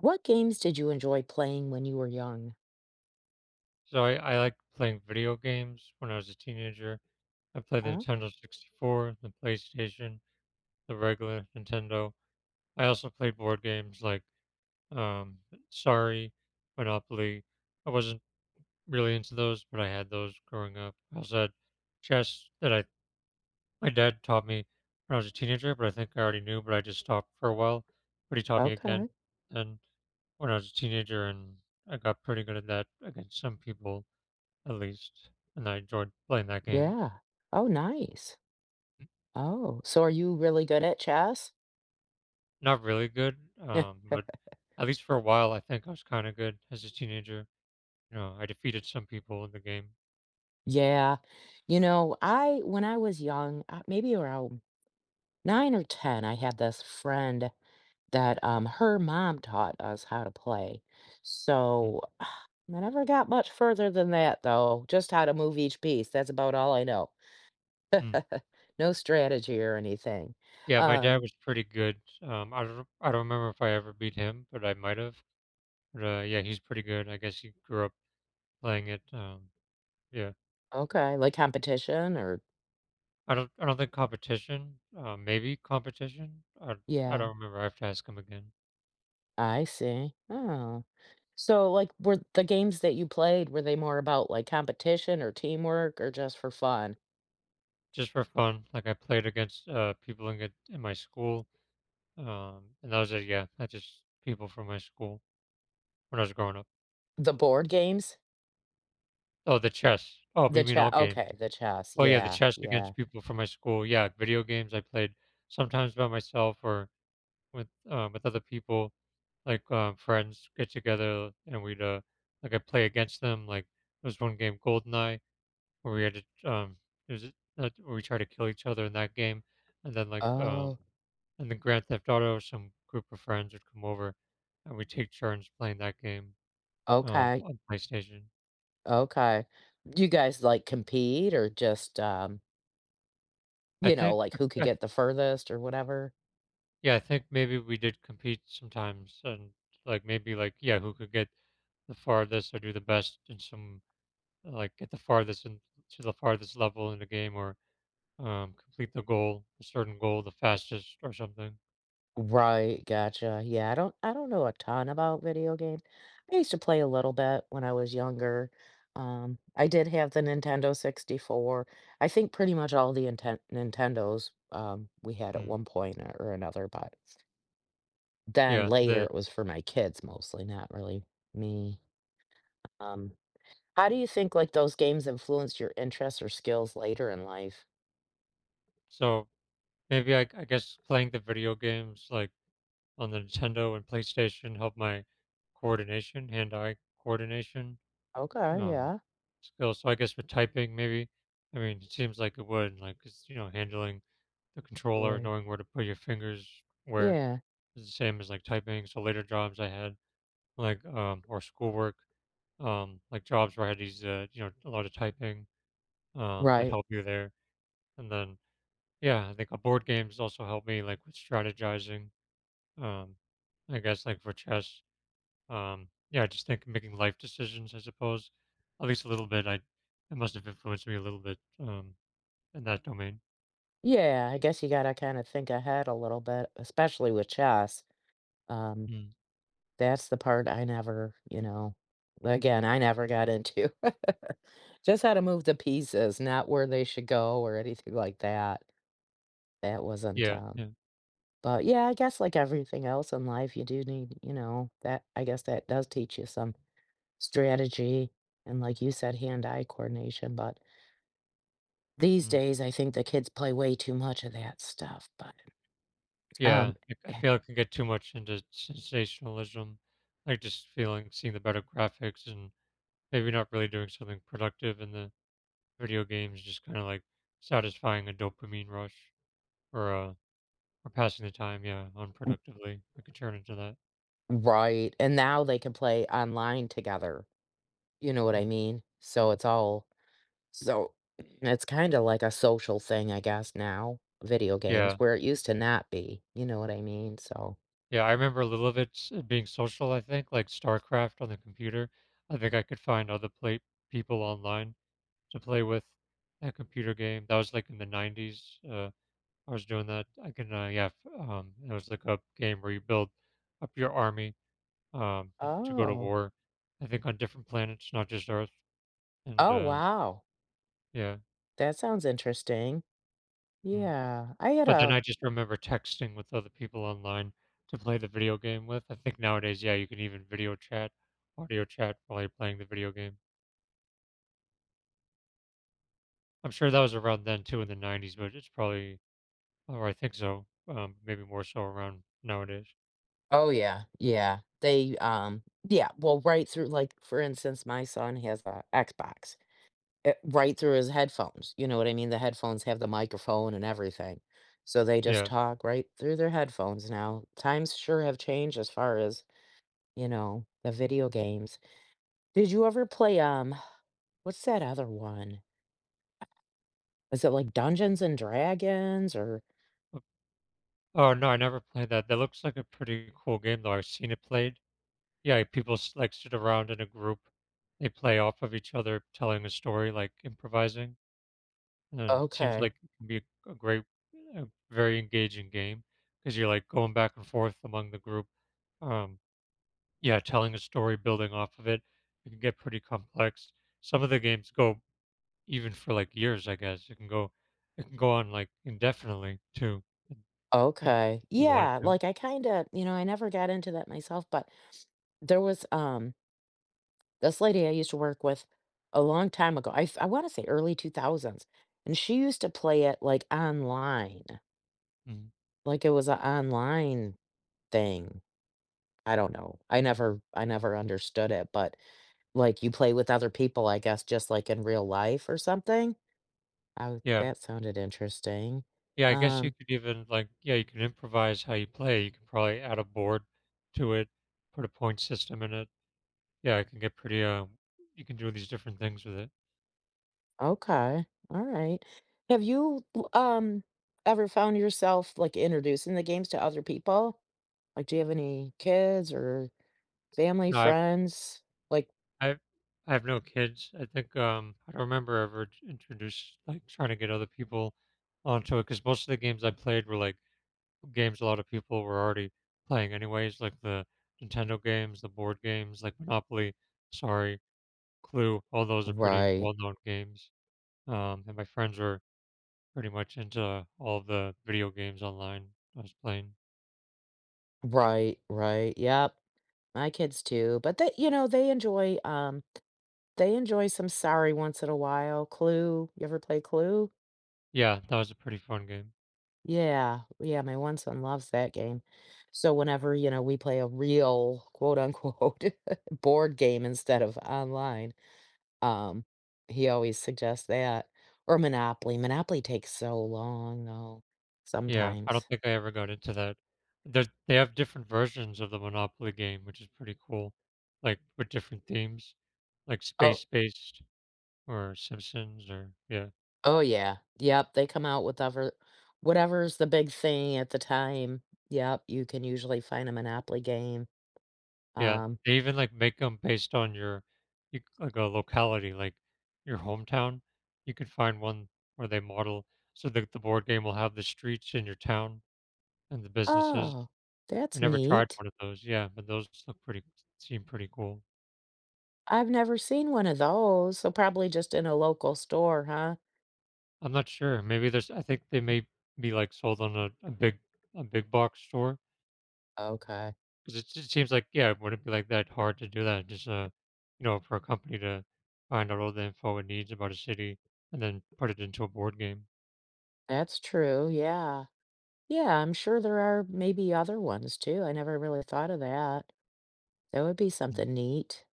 What games did you enjoy playing when you were young? So I like playing video games when I was a teenager. I played the Oh, Nintendo 64, the PlayStation, the regular Nintendo. I also played board games like um, Sorry, Monopoly. I wasn't really into those, but I had those growing up. I also had chess that I my dad taught me when I was a teenager, but I think I already knew, but I just stopped for a while. But he taught me again, okay. and when I was a teenager, and I got pretty good at that against some people at least, and I enjoyed playing that game. Yeah. Oh, nice. Oh, so are you really good at chess? Not really good, Yeah. But at least for a while, I think I was kind of good as a teenager. I defeated some people in the game. Yeah. I when I was young, maybe around 9 or 10, I had this friend that her mom taught us how to play. So, I never got much further than that though. Just how to move each piece. That's about all I know. Mhm. No strategy or anything. Yeah, my dad Um. was pretty good. I don't remember if I ever beat him, but I might have. But yeah, he's pretty good. I guess he grew up playing it. Yeah, Okay, like competition or I don't think competition. Maybe competition. I yeah, don't remember. I have to ask him again. I see. Oh. So like were the games that you played, were they more about like competition or teamwork or just for fun? Just for fun, like I played against people in my school. And those are that's just people from my school when I was growing up. The board games? Oh, the chess. Oh, The you mean chess. all games? Okay, the chess. Oh yeah, the Yeah, chess yeah. against people from my school. Yeah, video games I played sometimes by myself or with other people, like friends get together and we'd like I play against them. Like there was one game, Goldeneye, where we had to it was where we tried to kill each other in that game, and then Oh, and then Grand Theft Auto, some group of friends would come over and we take turns playing that game. Oh, okay. on PlayStation. Okay. You guys like compete or just I you know, think like who could I get the furthest or whatever? yeah, I think maybe we did compete sometimes and like maybe like yeah, who could get the farthest or do the best in some get the farthest in to the farthest level in the game or complete the goal, a certain goal the fastest or something. Right, gotcha. Yeah, I don't know a ton about video games. I used to play a little bit when I was younger. I did have the Nintendo 64. I think pretty much all the inten Nintendos we had at Hmm. one point or another, but then Yeah, later the it was for my kids mostly, not really me. Um, how do you think like those games influenced your interests or skills later in life? So maybe I guess playing the video games like on the Nintendo and PlayStation helped my coordination, hand-eye coordination. Okay, Um, yeah. Skill. So I guess with typing, maybe. I mean, it seems like it would, like it's you know, handling the controller, Right. knowing where to put your fingers where Yeah. is the same as like typing. So later jobs I had, like, or schoolwork, like jobs where I had these, you know, a lot of typing, that Right. helped you there. And then, yeah, I think board games also helped me, like, with strategizing. Um, I guess like for chess, yeah, I just think making life decisions, I suppose, at least a little bit, I it must have influenced me a little bit in that domain. Yeah, I guess you gotta kinda think ahead a little bit, especially with chess. Um, Mm. that's the part I never, again, I never got into. Just how to move the pieces, not where they should go or anything like that. That wasn't, Yeah, um, yeah, but yeah, I guess like everything else in life, you do need, you know, that I guess that does teach you some strategy and like you said, hand-eye coordination, but these mm, days, I think the kids play way too much of that stuff, but, yeah. um. I feel I can get too much into sensationalism, like just feeling seeing the better graphics and maybe not really doing something productive in the video games, just kind of like satisfying a dopamine rush or uh or passing the time, yeah, unproductively. I could turn into that. Right, and now they can play online together, you know what I Mm. mean? So it's all so it's kinda like a social thing, I guess, now, video games, Yeah. where it used to not be, you know what I mean? So. Yeah, I remember a little of it being social, I think, like StarCraft on the computer. I think I could find other play people online to play with that computer game. That was like in the 90s. I was doing that. Yeah, it was like a game where you build up your army and to go to Oh. war, I think on different planets, not just Earth. And Oh, wow. yeah. That sounds interesting. Mm. Yeah, I had But then a. I just remember texting with other people online to play the video game with. I think nowadays, yeah, you can even video chat, audio chat while you're playing the video game. I'm sure that was around then too in the 90s, but it's probably, or I think so, maybe more so around nowadays. Oh, yeah, yeah. They, yeah, well, right through like, for instance, my son has a Xbox. Eh, right through his headphones, you know what I mean? The headphones have the microphone and everything. So they just Yeah. talk right through their headphones now. Times sure have changed as far as, you know, the video games. Did you ever play, what's that other one? Is it like Dungeons and Dragons or Uh, Oh, no, I never played that. That looks like a pretty cool game, though. I've seen it played. Yeah, people like sit around in a group. They play off of each other, telling a story, like improvising. And it seems okay. like it can be a great, a very engaging game because you're like going back and forth among the group. Um, yeah, telling a story, building off of it. It can get pretty complex. Some of the games go even for like years, I guess. It can go on like indefinitely too. Like if Okay. you wanted Yeah, to. like I kinda, you know, I never got into that myself, but there was, um, this lady I used to work with a long time ago, I wanna say early 2000s, and she used to play it, like, online, Mhm. like it was an online thing. I don't know. I never understood it, but, like, you play with other people, I guess, just like in real life or something? Oh, Yeah. that sounded interesting. Yeah, I guess you Um, could even like yeah, you can improvise how you play. You can probably add a board to it, put a point system in it. Yeah, it can get pretty you can do these different things with it. okay, alright. Have you, l ever found yourself, like, introducing the games to other people? Like, do you have any kids or family, No, friends, like. I've I have no kids. I think, I don't remember ever t introduced like, trying to get other people onto it, because most of the games I played were, like, games a lot of people were already playing anyways, like the Nintendo games, the board games, like Monopoly, Sorry, Clue, all those are pretty Right. well-known games, and my friends were pretty much into all the video games online I was playing. Right, right. Yep. My kids too, but they, you know, they enjoy some Sorry once in a while. Clue. You ever play Clue? Yeah, that was a pretty fun game. Yeah. Yeah, my one son loves that game. So whenever, you know, we play a real quote unquote board game instead of online, um, he always suggests that. Or Monopoly. Monopoly takes so long though, Yeah, I don't sometimes. think I ever got into that. There they have different versions of the Monopoly game, which is pretty cool, like, with different themes, like Oh. space-based or Simpsons or yeah, Oh, yeah. Yep, they come out with ever whatever's the big thing at the time. Yep, you can usually find a Monopoly game. yeah. Um, They even, like, make them based on your you like, a locality, like, your hometown. You could find one where they model so that the board game will have the streets in your town and the businesses. oh, I that's never tried neat. one of those, yeah, but those look pretty seem pretty cool. I've never seen one of those, so probably just in a local store, huh? I'm not sure. Maybe there's I think they may be, like, sold on a big box store Okay. because it just seems like yeah, it wouldn't be, like, that hard to do that, just, you know, for a company to find out all the info it needs about a city and then put it into a board game. That's true, yeah. Yeah, I'm sure there are maybe other ones too, I never really thought of that. That would be Mm. something neat,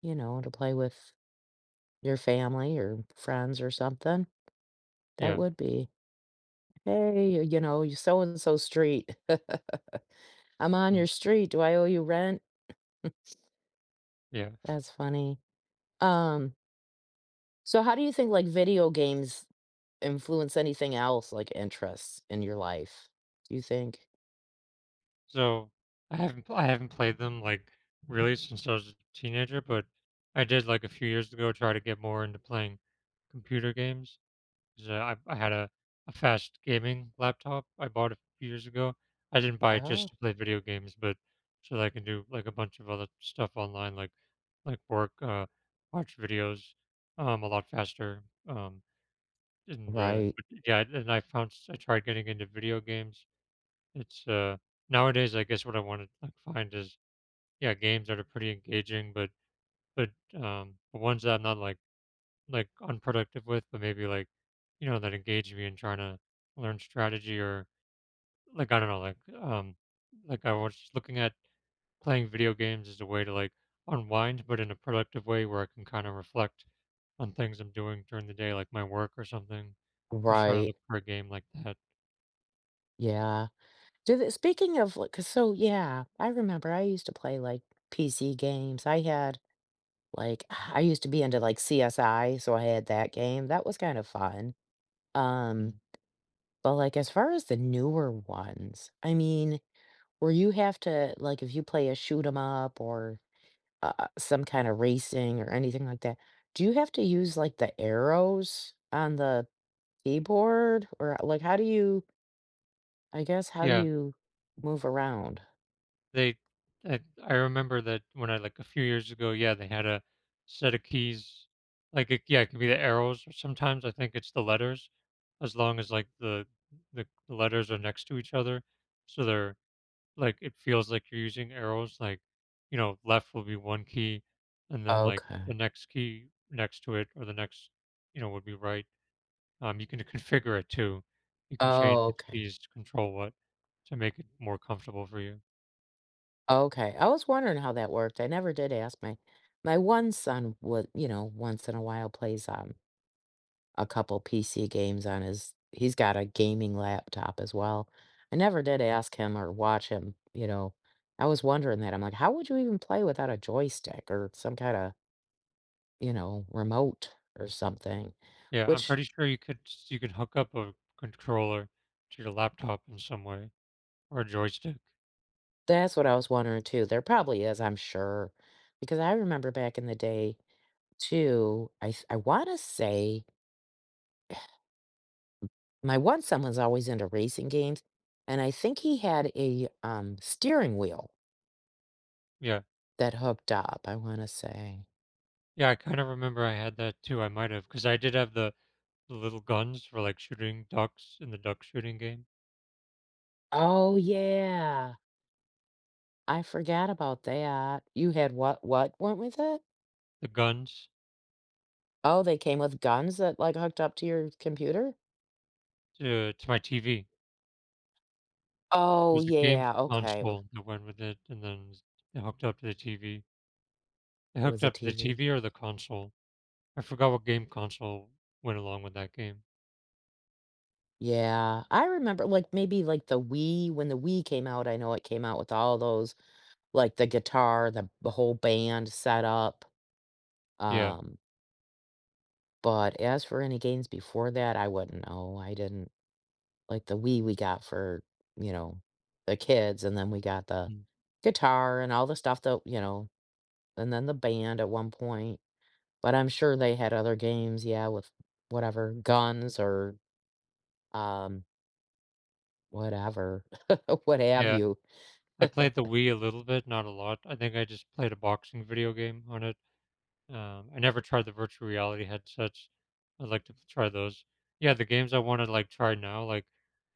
you know, to play with your family or friends or something. That Yeah. would be. Hey, you know, you so and so street. I'm on Mm. your street. Do I owe you rent? Yeah. That's funny. Um, so how do you think like video games influence anything else, like interests in your life? Do you think? So, I haven't played them, like, really since I was a teenager, but I did, like, a few years ago, try to get more into playing computer games. So I had a fast gaming laptop I bought a few years ago. I didn't buy it just Oh, to play video games, but so that I can do, like, a bunch of other stuff online, like work, watch videos, a lot faster, um, right, but yeah, and I found s I tried getting into video games. It's, uh Nowadays, I guess what I wanna, like, find is, yeah, games that are pretty engaging, but the ones that I'm not, like unproductive with, but maybe like, you know, that engage me in trying to learn strategy or like I don't know, like I was looking at playing video games as a way to like unwind, but in a productive way where I can kind of reflect on things I'm doing during the day, like my work or something. I was trying to right. look for a game like that. Yeah. Do they, speaking of like, 'cause so yeah, I remember I used to play like PC games. I had like I used to be into like CSI, so I had that game. That was kind of fun. Um, Mm. But, like, as far as the newer ones, I mean, where you have to like, if you play a shoot 'em up or, some kind of racing or anything like that, do you have to use, like, the arrows on the keyboard? Or, like, how do you I guess, how do Yeah. you move around? They I remember that when I like a few years ago, yeah, they had a set of keys. Like yeah, it could be the arrows or sometimes I think it's the letters, as long as like the letters are next to each other. So they're like it feels like you're using arrows, like, you know, left will be one key and then like the Okay. next key next to it or the next, you know, would be right. You can configure it too. You can change Oh, which okay. keys to control what to make it more comfortable for you. Okay. I was wondering how that worked. I never did ask my my one son would, you know, once in a while plays, a couple PC games on his he's got a gaming laptop as well. I never did ask him or watch him, you know. I was wondering that. I'm like, how would you even play without a joystick or some kind of, you know, remote or something? Yeah, I'm Which pretty sure you could hook up a controller to your laptop in some way or a joystick. that's what I was wondering too. There probably is, I'm sure. Because I remember back in the day too, I want to say my one son was always into racing games and I think he had a steering wheel Yeah. that hooked up, I want to say. Yeah, I kinda remember I had that too, I might have because I did have the little guns for, like, shooting ducks in the duck shooting game. Oh, yeah. I forgot about that. You had what went with it? The guns Oh, they came with guns that, like, hooked up to your computer? To my TV. Oh, There's a games yeah, okay, console that went with it, and then it hooked up to the TV. It it was hooked a up to the TV. TV or the console. I forgot what game console went along with that game. Yeah, I remember, like, maybe, like, the Wii when the Wii came out, I know it came out with all those like, the guitar, the whole band set up, Yeah. um, but as for any games before that, I wouldn't know, I didn't. Like the Wii we got for, you know, the kids, and then we got the Mm. guitar and all the stuff that, you know, and then the band at one point, but I'm sure they had other games, yeah, with whatever, guns or, um, whatever, what have Yeah. you. I played the Wii a little bit, not a lot. I think I just played a boxing video game on it. I never tried the virtual reality headsets. I'd like to try those. Yeah, the games I want to like try now, like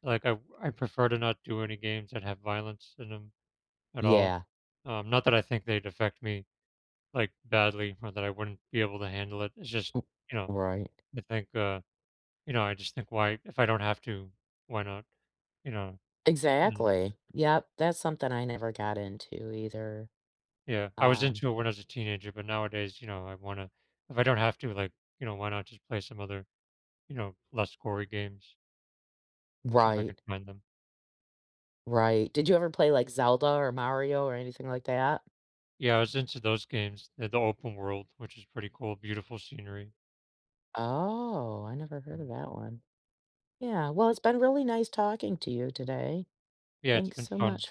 I prefer to not do any games that have violence in them at all. Yeah. Not that I think they'd affect me like badly or that I wouldn't be able to handle it. It's just, M. you know, Right. I think you know, I just think why if I don't have to, why not? You know. And Exactly. Yep, that's something I never got into either. Yeah, I was Um. into it when I was a teenager, but nowadays, you know, I want to, if I don't have to, like, you know, why not just play some other, you know, less gory games if I could Right, find them. right. Did you ever play, like, Zelda or Mario or anything like that? Yeah, I was into those games, the open world, which is pretty cool, beautiful scenery. Oh, I never heard of Mm. that one. Yeah, well, it's been really nice talking to you today. Yeah, it's Thanks been so fun. much